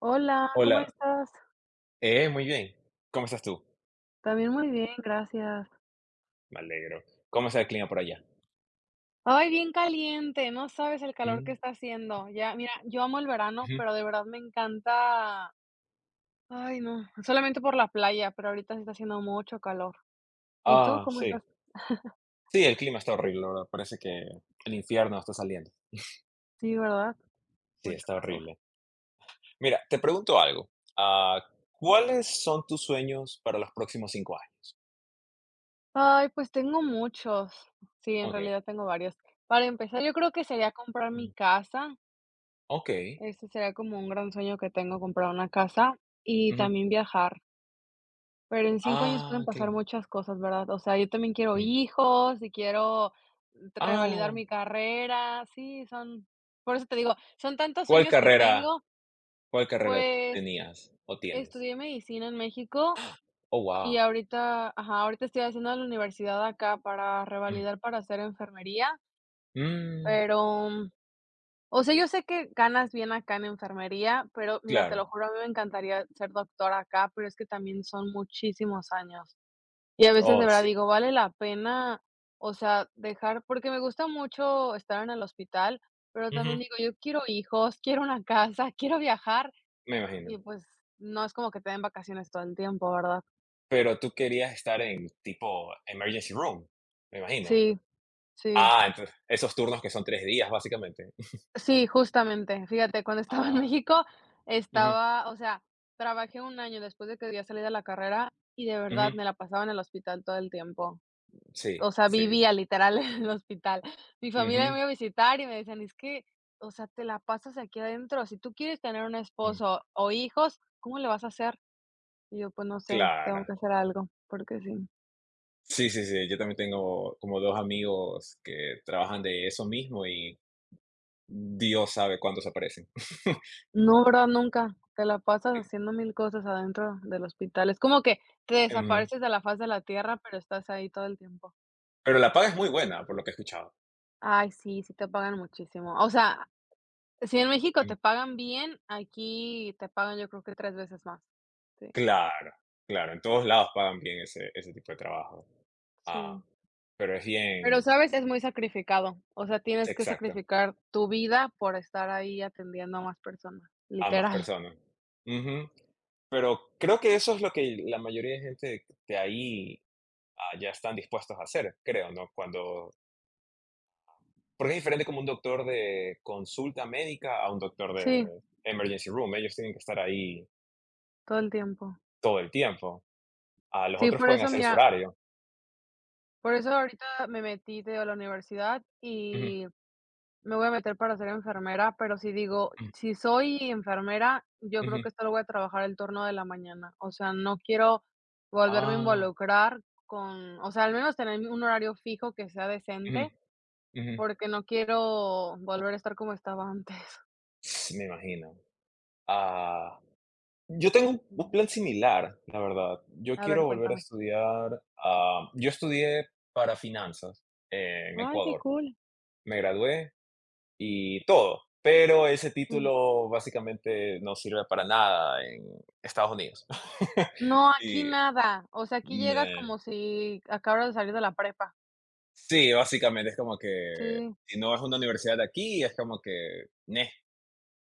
Hola, ¿cómo Hola, estás? Muy bien. ¿Cómo estás tú? También muy bien, gracias. Me alegro. ¿Cómo está el clima por allá? Ay, bien caliente, no sabes el calor que Mm, está haciendo. Ya, mira, yo amo el verano, ujú. pero de verdad me encanta. Ay, no, solamente por la playa, pero ahorita se está haciendo mucho calor. ¿Y tú Ah, cómo sí. estás? Sí, el clima está horrible, la verdad. Parece que el infierno está saliendo. Sí, ¿verdad? Sí, Mucho está calor. horrible. Mira, te pregunto algo. Ah, ¿cuáles son tus sueños para los próximos 5 años? Ay, pues tengo muchos. Sí, en Okay. realidad tengo varios. Para empezar, yo creo que sería comprar mi Mm, casa. okey. Ese sería como un gran sueño que tengo, comprar una casa y Ujú. también viajar. Pero en 5 años pueden Ah, qué pasar lindo. muchas cosas, ¿verdad? O sea, yo también quiero Mm. hijos y quiero revalidar Ah, mi carrera. Sí, son por eso te digo, son tantos ¿cuál sueños que carrera tengo. cuál carrera Pues, tenías o tienes? estudié medicina en México Oh, y wow. ahorita ajá, ahorita estoy haciendo la universidad acá para Mm, revalidar para hacer enfermería, mm, pero, o sea, yo sé que ganas bien acá en enfermería, pero mira, te claro. lo juro, a mí me encantaría ser doctora acá, pero es que también son muchísimos años. Y a veces de Oh, verdad sí. digo, vale la pena, o sea, dejar porque me gusta mucho estar en el hospital, pero también Ujú, digo, yo quiero hijos, quiero una casa, quiero viajar me imagino. y, pues, no es como que te den vacaciones todo el tiempo, ¿verdad? Pero tú querías estar en tipo emergency room, me imagino. Sí, sí, Ah, entonces, esos turnos que son 3 días, básicamente. sí, justamente. Fíjate, cuando estaba en Ah, México, ujú, estaba, o sea, trabajé un año después de que había salido de la carrera y de verdad ujú, me la pasaba en el hospital todo el tiempo. sí, O sea, sí, vivía literal en el hospital. Mi familia me ujú, iba a visitar y me decían: "Es que, o sea, te la pasas aquí adentro. Si tú quieres tener un mm, esposo o hijos, ¿cómo le vas a hacer?". Y yo: "Pues no sé, tengo claro. que hacer algo, porque sí". Sí, sí, sí, yo también tengo como 2 amigos que trabajan de eso mismo y Dios sabe cuándo se aparecen. No, ¿verdad? Nunca. Te la pasas Eh, haciendo mil cosas adentro del hospital. Es como que te ujú, desapareces de la faz de la tierra, pero estás ahí todo el tiempo. pero la paga es muy buena, por lo que he escuchado. Ay, sí, sí te pagan muchísimo. O sea, si en México te Mm, pagan bien, aquí te pagan yo creo que 3 veces más. Sí, claro, claro, en todos lados pagan bien ese tipo de trabajo. Ah, sí. pero es Pero, bien ¿sabes? Es muy sacrificado. O sea, tienes que exacto. sacrificar tu vida por estar ahí atendiendo a más personas, A más literal. personas. Ujú. Pero creo que eso es lo que la mayoría de gente de ahí a allá están dispuestos a hacer, creo, ¿no? Cuando porque es diferente como un doctor de consulta médica a un doctor Sí, de emergency room. Ellos tienen que estar ahí todo el tiempo. todo el tiempo. A los Sí, otros por pueden eso, hacer su mira, horario. por eso ahorita me metí, de la universidad Ujú, y me voy a meter para ser enfermera, pero si digo, ujú, si soy enfermera, yo creo ujú. que solo voy a trabajar el turno de la mañana. O sea, no quiero volverme a Ah, involucrar con, o sea, al menos tener un horario fijo que sea ujú, decente, ujú. porque no quiero volver a estar como estaba antes. Sí, me imagino. Ah. Yo tengo un Mm, plan similar, la verdad. Yo a ver, quiero volver a cuéntame. estudiar, yo estudié para finanzas en Ay, qué Ecuador. cool. Me gradué y todo, pero ese Sí. título básicamente no sirve para nada en Estados Unidos. No, aquí Y, nada. O sea, aquí llegas ne como si acabaras de salir de la prepa. sí, básicamente es como que Sí, si no es una universidad de aquí, es como que, neh,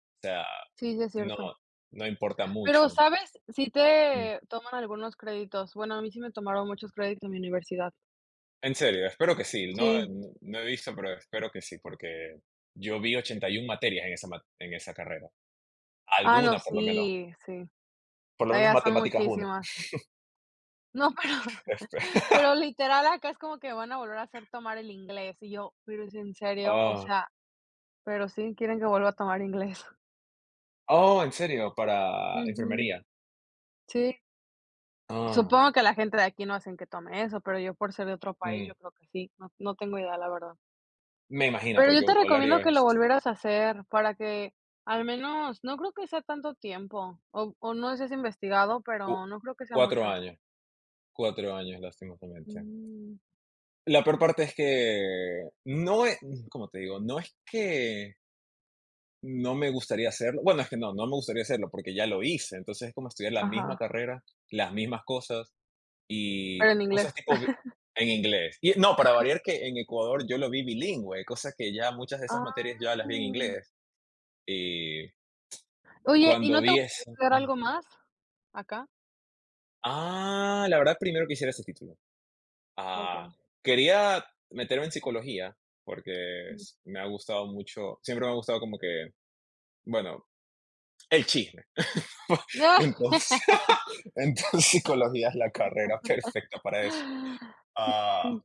o sea, sí, sí es no cierto. no importa Pero, mucho. ¿sabes? Si te toman algunos créditos. Bueno, a mí sí me tomaron muchos créditos en mi universidad. En serio, espero que sí. No, Sí. no he visto, pero espero que sí, porque yo vi 81 materias en esa carrera. Ah, no, Alguna, por lo menos. sí, sí. Por lo menos Allá son matemáticas 1. muchísimas. No, pero Espe- pero literal acá es como que van a volver a hacer tomar el inglés, y yo, pero, ¿es en serio? O Ah. sea, pero sí quieren que vuelva a tomar inglés. Oh, en serio, para Ujú. enfermería. Sí. Ah, Supongo que la gente de aquí no hacen que tome eso, pero yo por ser de otro país, mm, yo creo que sí, no tengo idea, la verdad. me imagino, Pero yo porque te recomiendo vocabulario que lo es volvieras a hacer para que al menos no creo que sea tanto tiempo, o no sé si has investigado, cu- pero no creo que sea cuatro mucho. años. 4 años, lastimosamente. Mm, La peor parte es que no es, ¿cómo te digo? No es que No me gustaría hacerlo. Bueno, es que no me gustaría hacerlo porque ya lo hice. Entonces es como estudiar la misma ajá, carrera, las mismas cosas y pero en inglés. cosas tipo en inglés. Y no, para variar que en Ecuador yo lo vi bilingüe, cosa que ya muchas de esas materias yo ya las Ah. vi en inglés. Y Oye, ¿y cuando no te vi gustaría eso, estudiar algo más acá? La verdad primero quisiera ese título. Ah, Okey. quería meterme en psicología porque Ujú. Me ha gustado mucho, siempre me ha gustado como que, bueno, el chisme. Entonces... Entonces. psicología es la carrera perfecta para eso. Ah, Sí,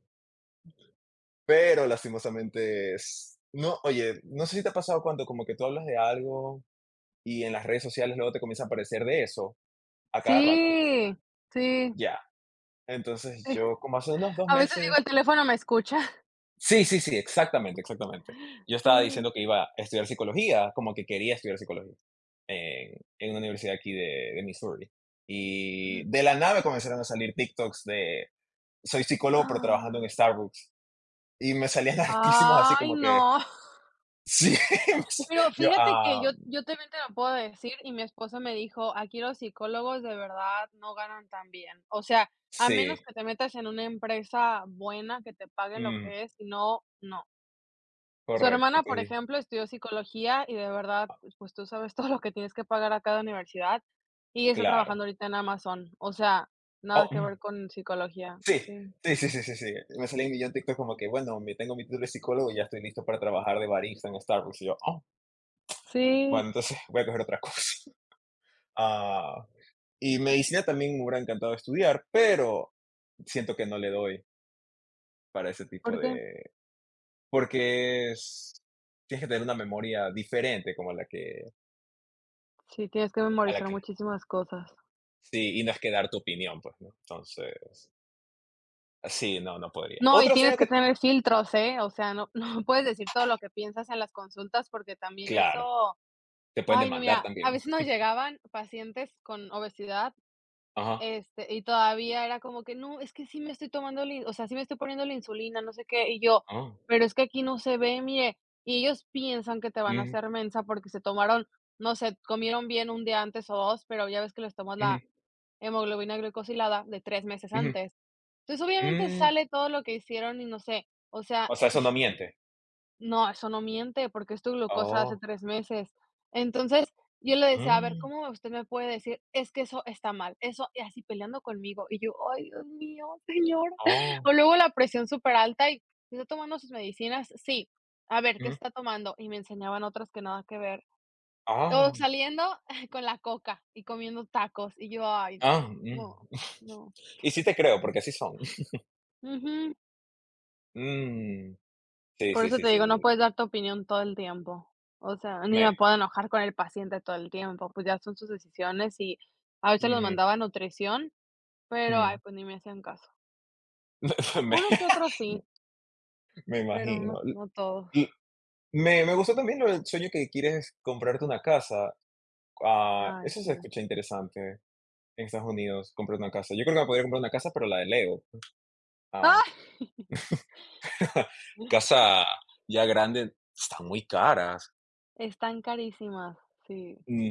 pero lastimosamente es. No, oye, no sé si te ha pasado cuando como que tú hablas de algo y en las redes sociales luego te comienza a aparecer de eso a cada rato. sí, sí, Ya. Entonces sí. yo como hace unos dos A veces digo, el meses... teléfono me escucha. Sí, sí, sí, exactamente, exactamente. Yo estaba Sí. diciendo que iba a estudiar psicología, como que quería estudiar psicología en una universidad aquí de Missouri. Y Ujú. de la nave comenzaron a salir TikToks de soy psicólogo pero trabajando ¡Ah! en Starbucks y me salían hartísimos así Ay, como que, no. sí, me sa- Pero yo, fíjate que yo también te lo puedo decir, y mi esposo me dijo: "Aquí los psicólogos de verdad no ganan tan bien". O sea, a menos sí, que te metas en una empresa buena que te paguen lo mm, que es, si no, no. Su correcto, hermana, por ejemplo, estudió psicología y de verdad, pues tú sabes todo lo que tienes que pagar a cada universidad, y está claro. trabajando ahorita en Amazon. O sea, nada Oh, que mm, ver con psicología. sí, Sí. sí, sí, sí, sí, sí. Me salía un millón de TikTok como que, bueno, me tengo mi título de psicólogo y ya estoy listo para trabajar de barista en Starbucks. Y yo, oh, Sí, bueno, entonces voy a coger otra cosa. Ah, y medicina también me hubiera encantado estudiar, pero siento que no le doy para ese ¿por tipo qué? de. Porque es. Tienes que tener una memoria diferente como a la que, Sí, tienes que a la memorizar que muchísimas cosas. sí, y no es que dar tu opinión, pues, ¿no? Entonces, sí, no, no podría. No, y Otro tienes sueño que que tener filtros, ¿eh? O sea, no no puedes decir todo lo que piensas en las consultas, porque también claro, eso te pueden ay, no, demandar mira, a también. veces nos llegaban pacientes con obesidad, Ajá, este, y todavía era como que: "No, es que sí me estoy tomando la in o sea, sí me estoy poniendo la insulina, no sé qué", y yo: ah, "Pero es que aquí no se ve, mire", y ellos piensan que te van a ujú, hacer mensa porque se tomaron, no sé, comieron bien un día antes o 2, pero ya ves que les tomas ujú, la hemoglobina glucosilada de 3 meses ujú, antes. Entonces, obviamente mm. sale todo lo que hicieron y no sé, o sea, O sea, eso no miente. no, eso no miente, porque es tu glucosa de hace Oh, 3 meses. Entonces, yo le decía: "A ver, mm, ¿cómo usted me puede decir? Es que eso está mal", eso y así peleando conmigo, y yo: "Ay, Dios mío, señor". oh, O luego la presión súper alta y: "¿Está tomando sus medicinas?". "Sí". "A ver, ¿qué mm, está tomando?". Y me enseñaban otras que nada que ver. O ah, saliendo con la coca y comiendo tacos, y yo: "Ay, ah, mm. no, no". Y sí te creo, porque así son. Ujú. Mm, sí, Por sí, eso sí, te sí. digo, no puedes dar tu opinión todo el tiempo. O sea, ni Me me puedo enojar con el paciente todo el tiempo, pues, ya son sus decisiones y a veces los ujú, mandaba a nutrición, pero, ay, mm. pues, ni me hacían caso. Me Uno que otro sí, me pero no imagino. L no todos. l me me gustó también lo del sueño que quieres comprarte una casa. Ah, Ay, eso se sí. escucha interesante. En Estados Unidos comprar una casa. Yo creo que me podría comprar una casa, pero la de Lego. Ah, ¡Ay! casa ya grande, están muy caras. Están carísimas, sí. Ujú,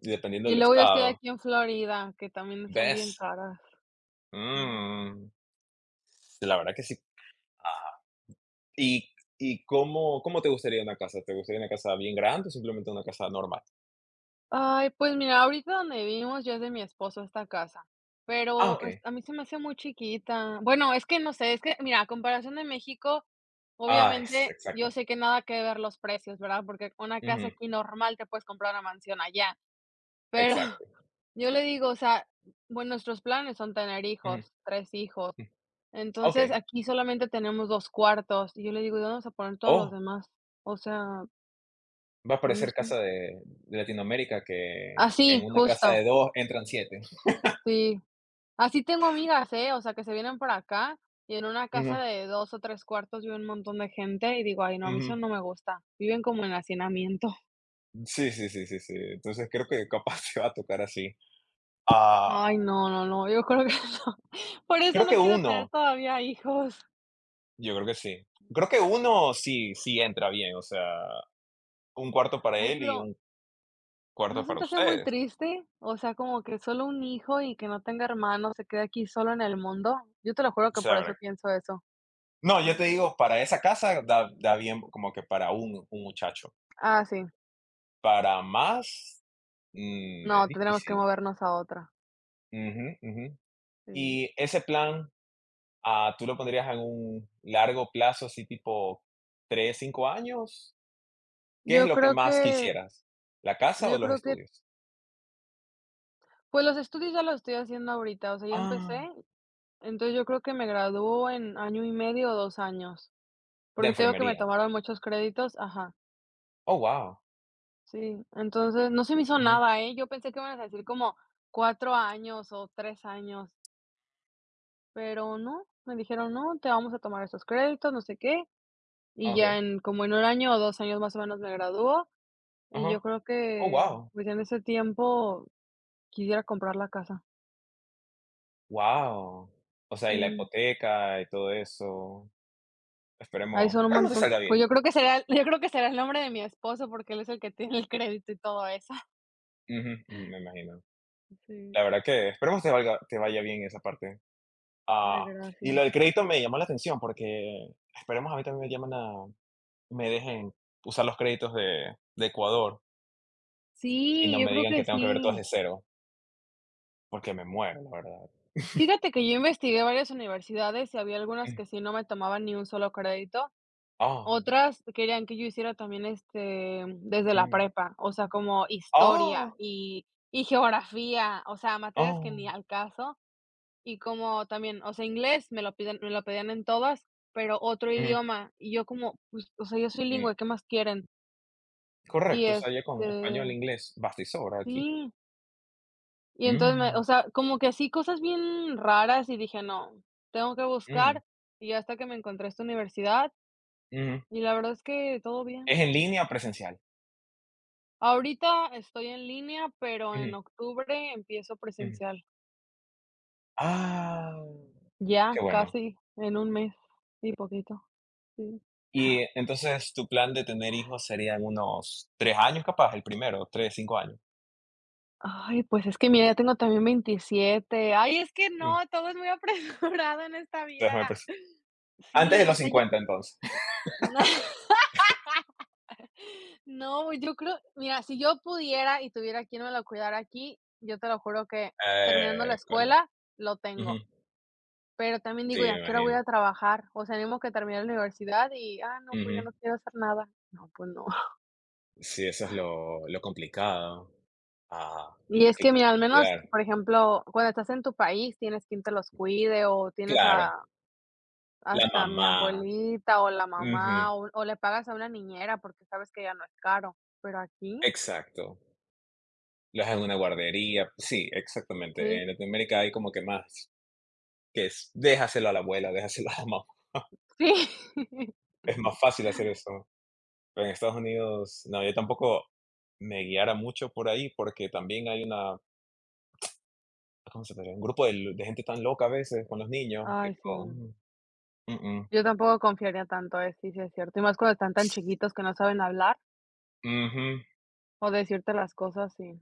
y dependiendo Y del luego yo estoy estado. aquí en Florida, que también son bien ¿Ves? caras. Sí. Mm, la verdad que sí. Ah, ¿Y, y cómo te gustaría una casa? ¿Te gustaría una casa bien grande o simplemente una casa normal? Ay, pues mira, ahorita donde vivimos ya es de mi esposo esta casa, Ah, pero es ok. a mí se me hace muy chiquita. Bueno, es que no sé, es que mira, a comparación de México, Ah, obviamente yo exacto. sé que nada que ver los precios, ¿verdad? Porque una casa Ujú, aquí normal te puedes comprar una mansión allá, pero exacto. yo le digo, o sea, bueno, nuestros planes son tener Ujú, hijos, 3 hijos. ujú. Entonces, Ok. aquí solamente tenemos 2 cuartos, y yo le digo: "¿Y dónde vamos a poner todos los Oh, demás?". O sea, va a pues no parecer sé. casa de Latinoamérica que Así, en una casa justo. de dos entran siete. Sí. Así tengo amigas, ¿eh? O sea, que se vienen por acá y en una casa Ujú, de 2 o 3 cuartos vive un montón de gente y digo: "Ay, no, a mí eso ujú. no me gusta". Viven como en hacinamiento. Sí, sí, sí, sí, sí. Entonces creo que capaz se va a tocar así. Ah, Ay, no, no, no, yo creo que no. Por eso creo que no quiero tener uno, todavía hijos. yo creo que sí. Creo que uno sí, sí entra bien, o sea, un cuarto para Ay, él y pero, un cuarto ¿no se para te hace muy ustedes. triste? O sea, como que solo un hijo y que no tenga hermanos, se quede aquí solo en el mundo. Yo te lo juro O que sea, por eso pienso eso. no, yo te digo, para esa casa da bien como que para un muchacho. Ah, sí. Para más, No, es tendríamos que difícil. movernos a otra. Ujú, ujú. Sí. Y ese plan, ¿tú lo pondrías en un largo plazo, así tipo tres, cinco años? ¿Qué es Yo lo que creo más que quisieras? ¿La casa o yo los creo que estudios? pues, los estudios ya los estoy haciendo ahorita, o sea, ya Ah, empecé, entonces yo creo que me graduó en año y medio o 2 años, de porque te digo que me enfermería. tomaron muchos créditos ajá, Oh, wow. sí, entonces no se me hizo Ujú. nada, ¿eh? Yo pensé que me ibas a decir como 4 años o 3 años, pero no, me dijeron: "No, te vamos a tomar esos créditos, no sé qué", Ah, y ya okey. en como en un año o 2 años más o menos me graduó y yo Ajá. creo Oh, que, wow. pues, en ese tiempo quisiera comprar la casa, Wow. O sea, y la sí. hipoteca y todo eso. Ay, Esperemos son un esperemos te montón. salga Pues bien. yo creo que será el nombre de mi esposo, porque él es el que tiene el crédito y todo eso. Ujú, ujú, me imagino. Sí. La verdad que esperemos te vaya bien esa parte. Ay, Ah, y lo gracias. del crédito me llamó la atención porque esperemos a mí también me llaman a me dejen usar los créditos de Ecuador y Sí, no yo me creo digan que que tengo que ver todo sí. desde cero, porque me muero, la verdad. Fíjate que yo investigué varias universidades y había algunas Mm. que sí no me tomaban ni un solo crédito. Ah. Otras querían que yo hiciera también, este, desde la Mm. prepa, o sea, como historia Oh. Y geografía, o sea, materias que ni Oh, al caso. Y como también, o sea, inglés me lo pedían en todas, pero otro mm, idioma, y yo como, pues, o sea, yo soy mm, bilingüe, ¿qué más quieren? Y, correcto, o sea, ya con este, español, inglés, basta y sobra aquí. sí, y entonces me Mm, o sea, como que así cosas bien raras, y dije: "No, tengo que mm, buscar", y hasta que me encontré esta universidad, ujú. y la verdad es que todo bien. ¿Es en línea, o presencial? Ahorita estoy en línea, pero en Ujú, octubre empiezo ujú. presencial, Ah, ya qué bueno. casi en un mes y poquito, sí. Y entonces, tu plan de tener hijos sería en unos 3 años, capaz, el primero, 3 5 años. Ay, pues es que mira, ya tengo también 27. Ay, es que Mm, no, todo es muy apresurado en esta vida. déjame pens antes de Sí, o los sea, yo 50 entonces. no, yo creo, mira, si yo pudiera y tuviera quien me lo cuidara aquí, yo te lo juro que terminando la École. escuela lo Ujú. tengo, pero también Sí, digo: ya me a qué hora voy imagino. a trabajar?". O sea, ni que termine la universidad y: "Ah, no, pues ya Ujú. no quiero hacer nada". No, pues no. Sí, eso es lo complicado. Ah, Y es que que quieres mira, al menos, cuidar. por ejemplo, cuando estás en tu país, tienes quien te los cuide o tienes Claro. a La hasta mi mamá, abuelita o la ujú, mamá, o le pagas a una niñera, porque sabes que ya no es caro, pero aquí exacto. Los dejan en una guardería, sí, exactamente. sí, En Latinoamérica hay como que más, que es déjaselo a la abuela, déjaselo a la mamá. sí. Es más fácil hacer eso. Pero en Estados Unidos, no, yo tampoco me guiara mucho por ahí porque también hay una, ¿cómo se podría? Un grupo de, gente tan loca a veces con los niños que Ay, sí. digo, mm, mm, Yo tampoco confiaría tanto, sí, sí es cierto, y más cuando están tan chiquitos que no saben hablar mm, ujú. o decirte las cosas, sí.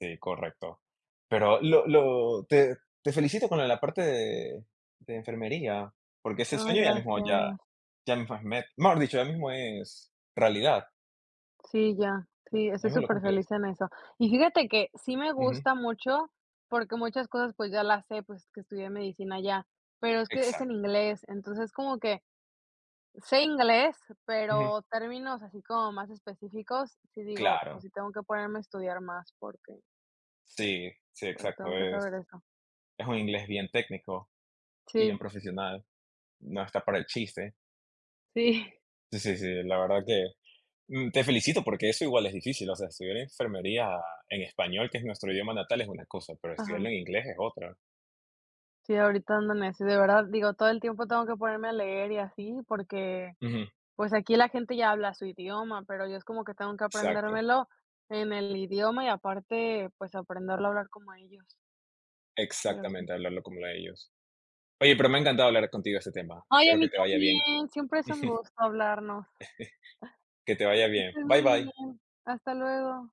Sí, correcto. Pero lo te felicito con la parte de enfermería, porque ese Ay, sueño ya mismo ya gracias. ya mismo es met mejor dicho, ya mismo es realidad, Sí, ya. Sí, ya estoy mismo lo súper feliz cumples. en eso. Y fíjate que sí me Ujú, gusta mucho, porque muchas cosas, pues, ya las sé, pues, que estudié medicina ya pero es que es en exacto, inglés, entonces como que sé inglés, ujú, pero términos así como más específicos, sí digo, o claro. si tengo que ponerme a estudiar más porque, Sí, sí, pues, exacto, tengo que es saber eso. es un inglés bien técnico y Sí, bien profesional, no está para el chiste. sí, Sí, sí, sí, la verdad que, te felicito porque eso igual es difícil, o sea, estudiar enfermería en español, que es nuestro idioma natal, es una cosa, pero estudiarlo ajá. en inglés es otra. Sí, ahorita ando en eso, de verdad, digo, todo el tiempo tengo que ponerme a leer y así, porque, Ujú. pues, aquí la gente ya habla su idioma, pero yo es como que tengo que Exacto, aprendérmelo en el idioma y aparte, pues, aprenderlo a hablar como ellos, pero sí. exactamente, hablarlo como lo de ellos. Oye, pero me ha encantado hablar contigo de este tema. Ay, a Espero que mí te vaya bien, también, siempre es un gusto hablarnos. que te vaya bien. Que Bye, muy bye. bien. Hasta luego.